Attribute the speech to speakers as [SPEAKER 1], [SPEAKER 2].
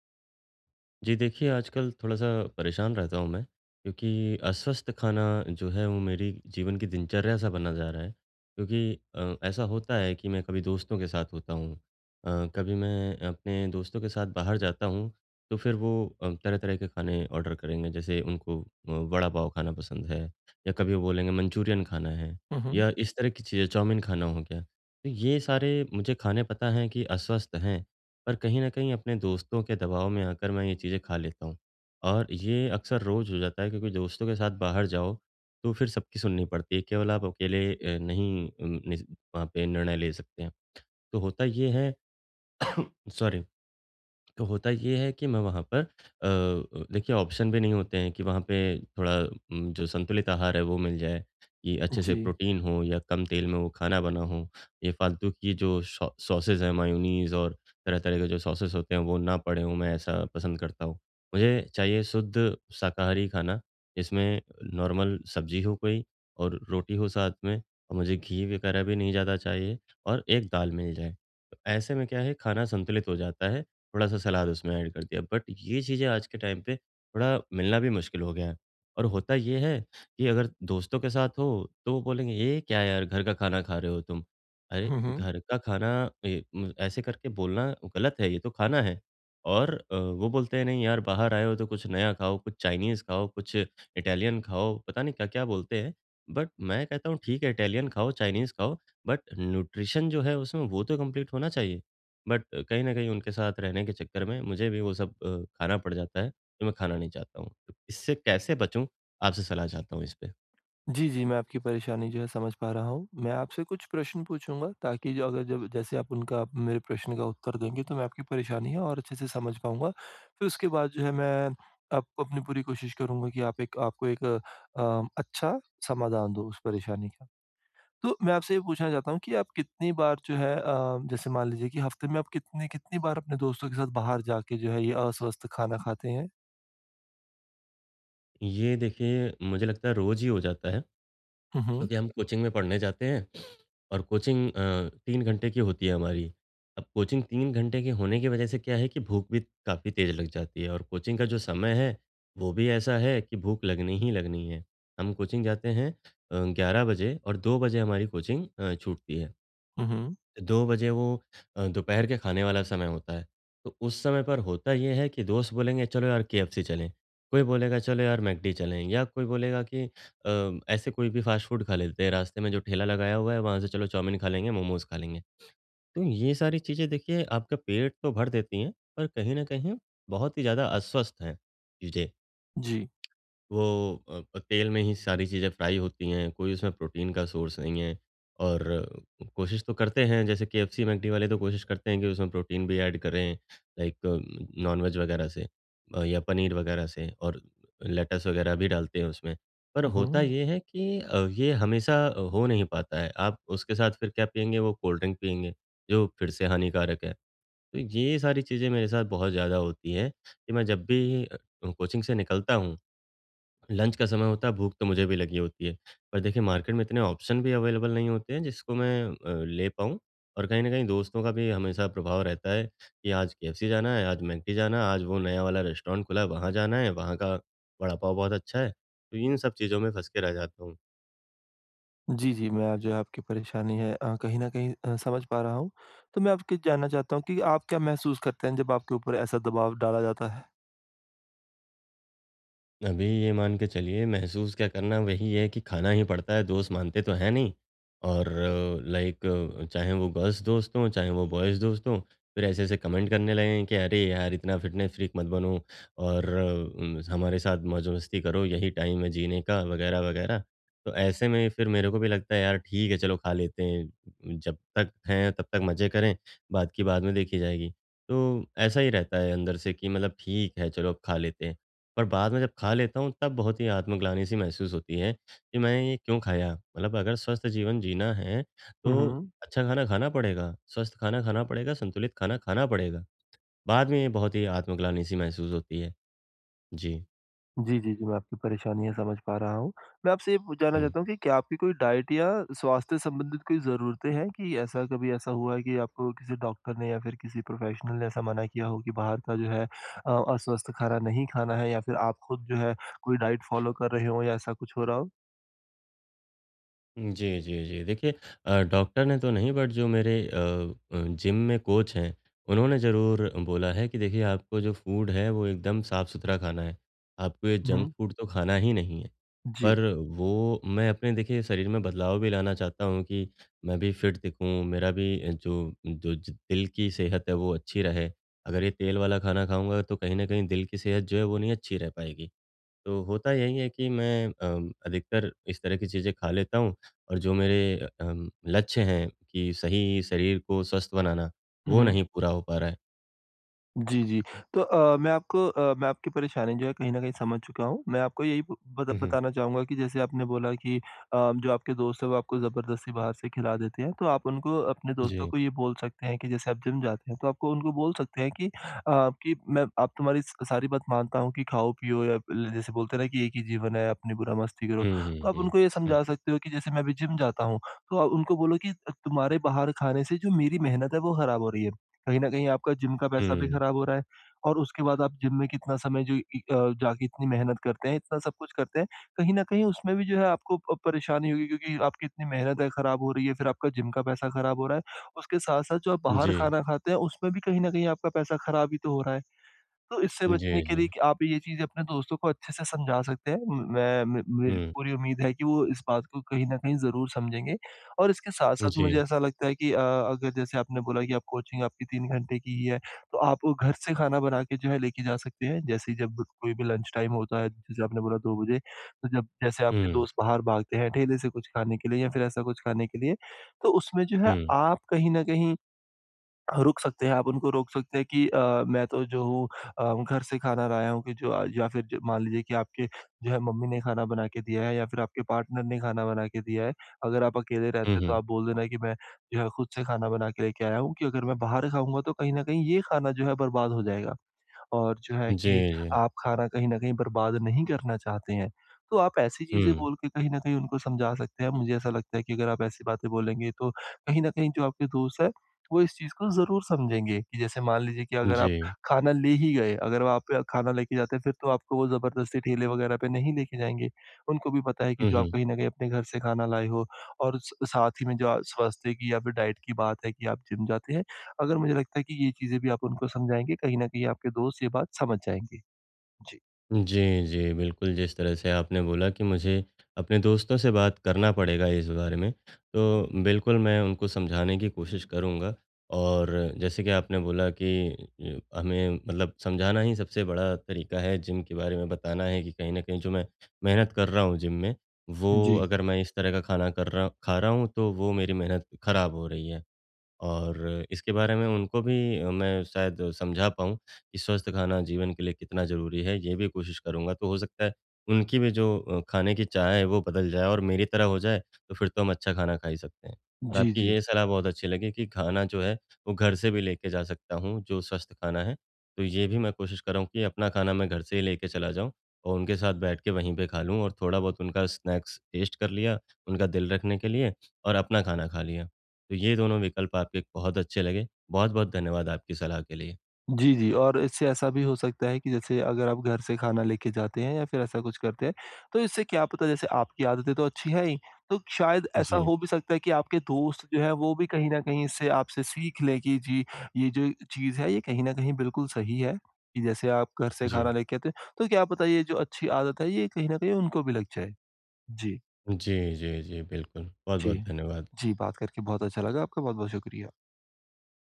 [SPEAKER 1] जी देखिए, आजकल थोड़ा-सा परेशान रहता हूँ मैं, क्योंकि अस्वस्थ खाना जो है वो मेरी जीवन की दिनचर्या सा बना जा रहा है। क्योंकि ऐसा होता है कि मैं कभी दोस्तों के साथ होता हूँ कभी मैं अपने दोस्तों के साथ बाहर जाता हूँ, तो फिर वो तरह-तरह के खाने ऑर्डर करेंगे। जैसे उनको वड़ा पाव खाना पसंद है या कभी वो बोलेंगे मंचूरियन खाना है
[SPEAKER 2] हुँ, हुँ।
[SPEAKER 1] या इस तरह की चीज़ें, चाउमीन खाना हो गया। तो ये सारे मुझे खाने पता हैं कि अस्वस्थ हैं। पर कहीं न कहीं अपने दोस्तों के दबाव में आकर मैं ये चीज़ें खा लेता हूँ। और ये अक्सर रोज़ हो जाता है क्योंकि दोस्तों के साथ बाहर जाओ, तो फिर सबकी सुननी पड़ती है, केवल आप अकेले नहीं उम, निस वहाँ पे निर्णय ले सकते हैं। तो होता ये है सॉरी तो होता ये है कि मैं वहाँ पर देखिए ऑप्शन भी नहीं होते हैं कि वहाँ पे थोड़ा जो संतुलित आहार है वो मिल जाए, कि अच्छे से
[SPEAKER 2] जी।
[SPEAKER 1] प्रोटीन हो या कम तेल में वो खाना बना हो। ये फ़ालतू की जो सॉ सॉसेज़ हैं मेयोनीज़ और तरह-तरह के जो सॉसेज़ होते हैं वो ना पड़े हों, मैं ऐसा पसंद करता हूँ। मुझे चाहिए शुद्ध शाकाहारी खाना, जिसमें नॉर्मल सब्ज़ी हो कोई और रोटी हो साथ में और मुझे घी वगैरह भी नहीं ज़्यादा चाहिए और एक दाल मिल जाए। तो ऐसे में क्या है खाना संतुलित हो जाता है। थोड़ा-सा सलाद उसमें ऐड कर दिया। बट ये चीज़ें आज के टाइम पे थोड़ा मिलना भी मुश्किल हो गया है। और होता ये है कि अगर दोस्तों के साथ हो तो वो बोलेंगे, "ये क्या यार घर का खाना खा रहे हो तुम? अरे
[SPEAKER 2] हुँ, हुँ।
[SPEAKER 1] घर का खाना" ए, म ऐसे करके बोलना गलत है, ये तो खाना है। और वो बोलते हैं, "नहीं यार बाहर आए हो तो कुछ नया खाओ, कुछ चाइनीज़ खाओ, कुछ इटालियन खाओ" पता नहीं क्या-क्या बोलते हैं। बट मैं कहता हूँ ठीक है इटालियन खाओ, चाइनीज़ खाओ बट न्यूट्रिशन जो है उसमें वो तो कंप्लीट होना चाहिए। बट कहीं न कहीं उनके साथ रहने के चक्कर में मुझे भी वो सब खाना पड़ जाता है, जो मैं खाना नहीं चाहता हूँ। तो इससे कैसे बचूँ? आपसे सलाह चाहता हूँ इस पे।
[SPEAKER 2] जी, जी, मैं आपकी परेशानी जो है समझ पा रहा हूँ। मैं आपसे कुछ प्रश्न पूछूँगा ताकि जो अगर जब जैसे आप मेरे प्रश्न का उत्तर देंगे, तो मैं आपकी परेशानी है और अच्छे से समझ पाऊँगा। फिर उसके बाद जो है मैं आपको अपनी पूरी कोशिश करूँगा कि आप एक आपको एक अच्छा समाधान दूँ उस परेशानी का। तो मैं आपसे ये पूछना चाहता हूँ कि आप कितनी बार जो है, जैसे मान लीजिए कि हफ़्ते में आप कितने कितनी बार अपने दोस्तों के साथ बाहर जाके जो है ये अस्वस्थ खाना खाते हैं?
[SPEAKER 1] ये देखिए मुझे लगता है रोज़ ही हो जाता है,
[SPEAKER 2] हुँ, हुँ।
[SPEAKER 1] क्योंकि हम कोचिंग में पढ़ने जाते हैं और कोचिंग 3 घंटे की होती है हमारी। अब कोचिंग 3 घंटे के होने की वजह से क्या है कि भूख भी काफ़ी तेज़ लग जाती है और कोचिंग का जो समय है, वो भी ऐसा है कि भूख लगनी ही लगनी है। हम कोचिंग जाते हैं 11 बजे और 2 बजे हमारी कोचिंग छूटती है।
[SPEAKER 2] हुँ, हुँ।
[SPEAKER 1] 2 बजे वो दोपहर के खाने वाला समय होता है। तो उस समय पर होता ये है कि दोस्त बोलेंगे चलो यार केएफसी चलें, कोई बोलेगा चलो यार मैकडी चलें या कोई बोलेगा कि ऐसे कोई भी फास्ट फूड खा लेते हैं, रास्ते में जो ठेला लगाया हुआ है वहाँ से चलो चाउमीन खा लेंगे, मोमोज़ खा लेंगे। तो ये सारी चीज़ें देखिए आपका पेट तो भर देती हैं, पर कहीं न कहीं बहुत ही ज़्यादा अस्वस्थ हैं चीज़ें।
[SPEAKER 2] जी।
[SPEAKER 1] वो तेल में ही सारी चीज़ें फ्राई होती हैं, कोई उसमें प्रोटीन का सोर्स नहीं है। और कोशिश तो करते हैं जैसे केएफसी, मैकडी वाले तो कोशिश करते हैं कि उसमें प्रोटीन भी ऐड करें लाइक नॉन-वेज वगैरह से या पनीर वगैरह से और लेट्स वगैरह भी डालते हैं उसमें। पर
[SPEAKER 2] हुँ,
[SPEAKER 1] होता
[SPEAKER 2] हुँ।
[SPEAKER 1] ये है कि ये हमेशा हो नहीं पाता है। आप उसके साथ फिर क्या पिएँगे, वो कोल्ड ड्रिंक पिएँगे, जो फिर से हानिकारक है। तो ये सारी चीज़ें मेरे साथ बहुत ज़्यादा होती हैं कि मैं जब भी कोचिंग से निकलता हूँ लंच का समय होता है, भूख तो मुझे भी लगी होती है। पर देखिए मार्केट में इतने ऑप्शन भी अवेलेबल नहीं होते हैं जिसको मैं ले पाऊँ और कहीं न कहीं दोस्तों का भी हमेशा प्रभाव रहता है कि आज केएफसी जाना है, आज मैकडी जाना है, आज वो नया वाला रेस्टोरेंट खुला है वहाँ जाना है, वहाँ का वड़ा पाव बहुत अच्छा है। तो इन सब चीज़ों में फँस के रह जाता हूँ।
[SPEAKER 2] जी, जी, मैं आप जो है आपकी परेशानी है, कहीं न कहीं समझ पा रहा हूँ। तो मैं आपके जानना चाहता हूँ कि आप क्या महसूस करते हैं जब आपके ऊपर ऐसा दबाव डाला जाता है?
[SPEAKER 1] अभी ये मान के चलिए महसूस क्या करना वही है कि खाना ही पड़ता है, दोस्त मानते तो हैं नहीं और लाइक चाहे वो गर्ल्स दोस्त हों, चाहे वो बॉयज़ दोस्त हों, फिर ऐसे-ऐसे कमेंट करने लगें कि अरे यार! इतना फिटनेस फ्रीक मत बनो और हमारे साथ मौज-मस्ती करो यही टाइम है जीने का वगैरह, वगैरह। तो ऐसे में फिर मेरे को भी लगता है यार ठीक है चलो खा लेते हैं, जब तक हैं तब तक मज़े करें, बाद की बाद में देखी जाएगी। तो ऐसा ही रहता है अंदर से कि मतलब ठीक है चलो अब खा लेते हैं। पर बाद में जब खा लेता हूँ तब बहुत ही आत्मग्लानि सी महसूस होती है कि मैं ये क्यों खाया? मतलब अगर स्वस्थ जीवन जीना है
[SPEAKER 2] हुँ,
[SPEAKER 1] तो
[SPEAKER 2] हुँ।
[SPEAKER 1] अच्छा खाना खाना पड़ेगा, स्वस्थ खाना खाना पड़ेगा, संतुलित खाना खाना पड़ेगा। बाद में ये बहुत ही आत्मग्लानि सी महसूस होती है। जी।
[SPEAKER 2] जी, जी, जी, मैं आपकी परेशानी है समझ पा रहा हूँ। मैं आपसे ये पू जानना
[SPEAKER 1] हुँ।
[SPEAKER 2] चाहता हूँ कि क्या आपकी कोई डाइट या स्वास्थ्य संबंधित कोई ज़रूरतें हैं, कि ऐसा कभी ऐसा हुआ है कि आपको किसी डॉक्टर ने या फिर किसी प्रोफ़ेशनल ने ऐसा मना किया हो कि बाहर का जो है अस्वस्थ खाना नहीं खाना है, या फिर आप खुद जो है कोई डाइट फ़ॉलो कर रहे हों या ऐसा कुछ हो रहा हो?
[SPEAKER 1] जी, जी, जी। देखिए डॉक्टर ने तो नहीं बट जो मेरे जिम में कोच हैं, उन्होंने ज़रूर बोला है कि देखिए आपको जो फूड है वो एकदम साफ-सुथरा खाना है। आपको ये जंक
[SPEAKER 2] हुँ,
[SPEAKER 1] फूड तो खाना ही नहीं है।
[SPEAKER 2] जी।
[SPEAKER 1] पर वो मैं अपने देखिए शरीर में बदलाव भी लाना चाहता हूँ कि मैं भी फिट दिखूँ, मेरा भी जो जो ज दिल की सेहत है वो अच्छी रहे। अगर ये तेल वाला खाना खाऊँगा तो कहीं न कहीं दिल की सेहत जो है वो नहीं अच्छी रह पाएगी। तो होता यही है कि मैं अधिकतर इस तरह की चीज़ें खा लेता हूँ और जो मेरे लक्ष्य हैं कि सही शरीर को स्वस्थ बनाना,
[SPEAKER 2] हुँ,
[SPEAKER 1] वो
[SPEAKER 2] हुँ।
[SPEAKER 1] नहीं पूरा हो पा रहा है।
[SPEAKER 2] जी, जी। तो मैं आपकी परेशानी जो है कहीं न कहीं समझ चुका हूँ। मैं आपको यही ब बता
[SPEAKER 1] उहुँ,
[SPEAKER 2] बताना चाहूँगा कि जैसे आपने बोला कि जो आपके दोस्त हैं वो आपको ज़बरदस्ती बाहर से खिला देते हैं, तो आप उनको अपने दोस्तों
[SPEAKER 1] जी।
[SPEAKER 2] को ये बोल सकते हैं कि जैसे आप जिम जाते हैं, तो आपको उनको बोल सकते हैं कि मैं आप तुम्हारी स सारी बात मानता हूँ, कि खाओ-पियो या ल जैसे बोलते हैं ना, कि एक ही जीवन है, अपनी बुरा मस्ती करो।
[SPEAKER 1] हुँ, हुँ,
[SPEAKER 2] तो आप
[SPEAKER 1] हुँ।
[SPEAKER 2] उनको ये समझा सकते हो कि जैसे मैं अभी जिम जाता हूँ, तो आप उनको बोलो कि तुम्हारे बाहर खाने से जो मेरी मेहनत है वो खराब हो रही है। कहीं न कहीं आपका जिम का पैसा
[SPEAKER 1] हुँ,
[SPEAKER 2] भी
[SPEAKER 1] हुँ।
[SPEAKER 2] खराब हो रहा है, और उसके बाद आप जिम में कितना समय जाके इतनी मेहनत करते हैं, इतना सब कुछ करते हैं, कहीं न कहीं उसमें भी जो है आपको प परेशानी होगी, क्योंकि आपकी इतनी मेहनत है खराब हो रही है, फिर आपका जिम का पैसा खराब हो रहा है। उसके साथ-साथ जो आप बाहर
[SPEAKER 1] जी,
[SPEAKER 2] खाना खाते हैं, उसमें भी कहीं न कहीं आपका पैसा खराब ही तो हो रहा है। तो इससे बचने
[SPEAKER 1] जी,
[SPEAKER 2] के
[SPEAKER 1] जी।
[SPEAKER 2] लिए कि आप ये चीज़ अपने दोस्तों को अच्छे से समझा सकते हैं। म मैं मे मेरी
[SPEAKER 1] हुँ,
[SPEAKER 2] पूरी उम्मीद है कि वो इस बात को कहीं न कहीं ज़रूर समझेंगे। और इसके साथ-साथ
[SPEAKER 1] जी।
[SPEAKER 2] मुझे ऐसा लगता है कि अगर जैसे आपने बोला कि आप कोचिंग आपकी 3 घंटे की ही है, तो आप वो घर से खाना बना के जो है लेके जा सकते हैं। जैसे ही जब कोई भी लंच टाइम होता है, जैसे आपने बोला 2 बजे, तो जब जैसे आपके
[SPEAKER 1] हुँ,
[SPEAKER 2] दोस्त बाहर भागते हैं ठेले से कुछ खाने के लिए या फिर ऐसा कुछ खाने के लिए, तो उसमें जो है
[SPEAKER 1] हुँ।
[SPEAKER 2] आप कहीं न कहीं रुक सकते हैं, आप उनको रोक सकते हैं कि मैं तो जो हूँ, घर से खाना लाया हूँ। कि जो या फिर ज मान लीजिए कि आपके जो है मम्मी ने खाना बना के दिया है, या फिर आपके पार्टनर ने खाना बना के दिया है। अगर आप अकेले
[SPEAKER 1] हुँ,
[SPEAKER 2] रहते हैं तो
[SPEAKER 1] हुँ।
[SPEAKER 2] आप बोल देना कि मैं जो है खुद से खाना बना के लेके आया हूँ, कि अगर मैं बाहर खाऊँगा तो कहीं न कहीं ये खाना जो है बर्बाद हो जाएगा। और जो है
[SPEAKER 1] जी,
[SPEAKER 2] कि
[SPEAKER 1] जी।
[SPEAKER 2] आप खाना कहीं न कहीं बर्बाद नहीं करना चाहते हैं। तो आप ऐसी चीज़ें
[SPEAKER 1] हुँ,
[SPEAKER 2] बोल के कहीं न कहीं उनको समझा सकते हैं। मुझे ऐसा लगता है कि अगर आप ऐसी बातें बोलेंगे, तो कहीं न कहीं जो आपके दोस्त हैं, वो इस चीज़ को ज़रूर समझेंगे, कि जैसे मान लीजिए कि अगर
[SPEAKER 1] जी।
[SPEAKER 2] आप खाना ले ही गए, अगर आप खाना लेके जाते फिर तो आपको वो ज़बरदस्ती ठेले वगैरह पे नहीं लेके जाएँगे। उनको भी पता है कि
[SPEAKER 1] हुँ,
[SPEAKER 2] जो आप
[SPEAKER 1] हुँ।
[SPEAKER 2] कहीं न कहीं अपने घर से खाना लाए हो। और स साथ ही में जो स्वास्थ्य की या फिर डाइट की बात है कि आप जिम जाते हैं। अगर मुझे लगता है कि ये चीज़ें भी आप उनको समझाएँगे, कहीं न कहीं आपके दोस्त ये बात समझ जाएँगे। जी।
[SPEAKER 1] जी, जी। बिल्कुल, जिस तरह से आपने बोला कि मुझे अपने दोस्तों से बात करना पड़ेगा इस बारे में, तो बिल्कुल मैं उनको समझाने की कोशिश करूँगा। और जैसे कि आपने बोला कि हमें मतलब समझाना ही सबसे बड़ा तरीका है, जिम के बारे में बताना है कि कहीं न कहीं जो मैं मेहनत कर रहा हूँ जिम में, वो
[SPEAKER 2] जी।
[SPEAKER 1] अगर मैं इस तरह का खाना कर रहा खा रहा हूँ, तो वो मेरी मेहनत खराब हो रही है। और इसके बारे में उनको भी मैं शायद समझा पाऊँ कि स्वस्थ खाना जीवन के लिए कितना ज़रूरी है, ये भी कोशिश करूँगा। तो हो सकता है उनकी भी जो खाने की चाह है वो बदल जाए और मेरी तरह हो जाए, तो फिर तो हम अच्छा खाना खा ही सकते हैं। और
[SPEAKER 2] जी,
[SPEAKER 1] आपकी
[SPEAKER 2] जी।
[SPEAKER 1] ये सलाह बहुत अच्छी लगी कि खाना जो है वो घर से भी लेके जा सकता हूँ, जो स्वस्थ खाना है। तो ये भी मैं कोशिश कर रहा हूँ कि अपना खाना मैं घर से ही लेके चला जाऊँ और उनके साथ बैठ के वहीं पे खा लूँ और थोड़ा बहुत उनका स्नैक्स टेस्ट कर लिया, उनका दिल रखने के लिए और अपना खाना खा लिया। तो ये दोनों विकल्प आपके बहुत अच्छे लगे। बहुत-बहुत धन्यवाद आपकी सलाह के लिए।
[SPEAKER 2] जी, जी, और इससे ऐसा भी हो सकता है कि जैसे अगर आप घर से खाना लेके जाते हैं या फिर ऐसा कुछ करते हैं, तो इससे क्या पता, जैसे आपकी आदतें तो अच्छी हैं ही, तो शायद ऐसा
[SPEAKER 1] जी,
[SPEAKER 2] हो भी सकता है कि आपके दोस्त जो हैं वो भी कहीं न कहीं इससे आपसे सीख लें, कि जी, ये जो चीज़ है ये कहीं न कहीं बिल्कुल सही है, कि जैसे आप घर से खाना
[SPEAKER 1] जी।
[SPEAKER 2] लेके आते हैं, तो क्या पता ये जो अच्छी आदत है ये कहीं न कहीं उनको भी लग जाए। जी।
[SPEAKER 1] जी, जी, जी, बिल्कुल।
[SPEAKER 2] जी।
[SPEAKER 1] बहुत-बहुत धन्यवाद।
[SPEAKER 2] जी, बात करके बहुत अच्छा लगा। आपका बहुत-बहुत शुक्रिया।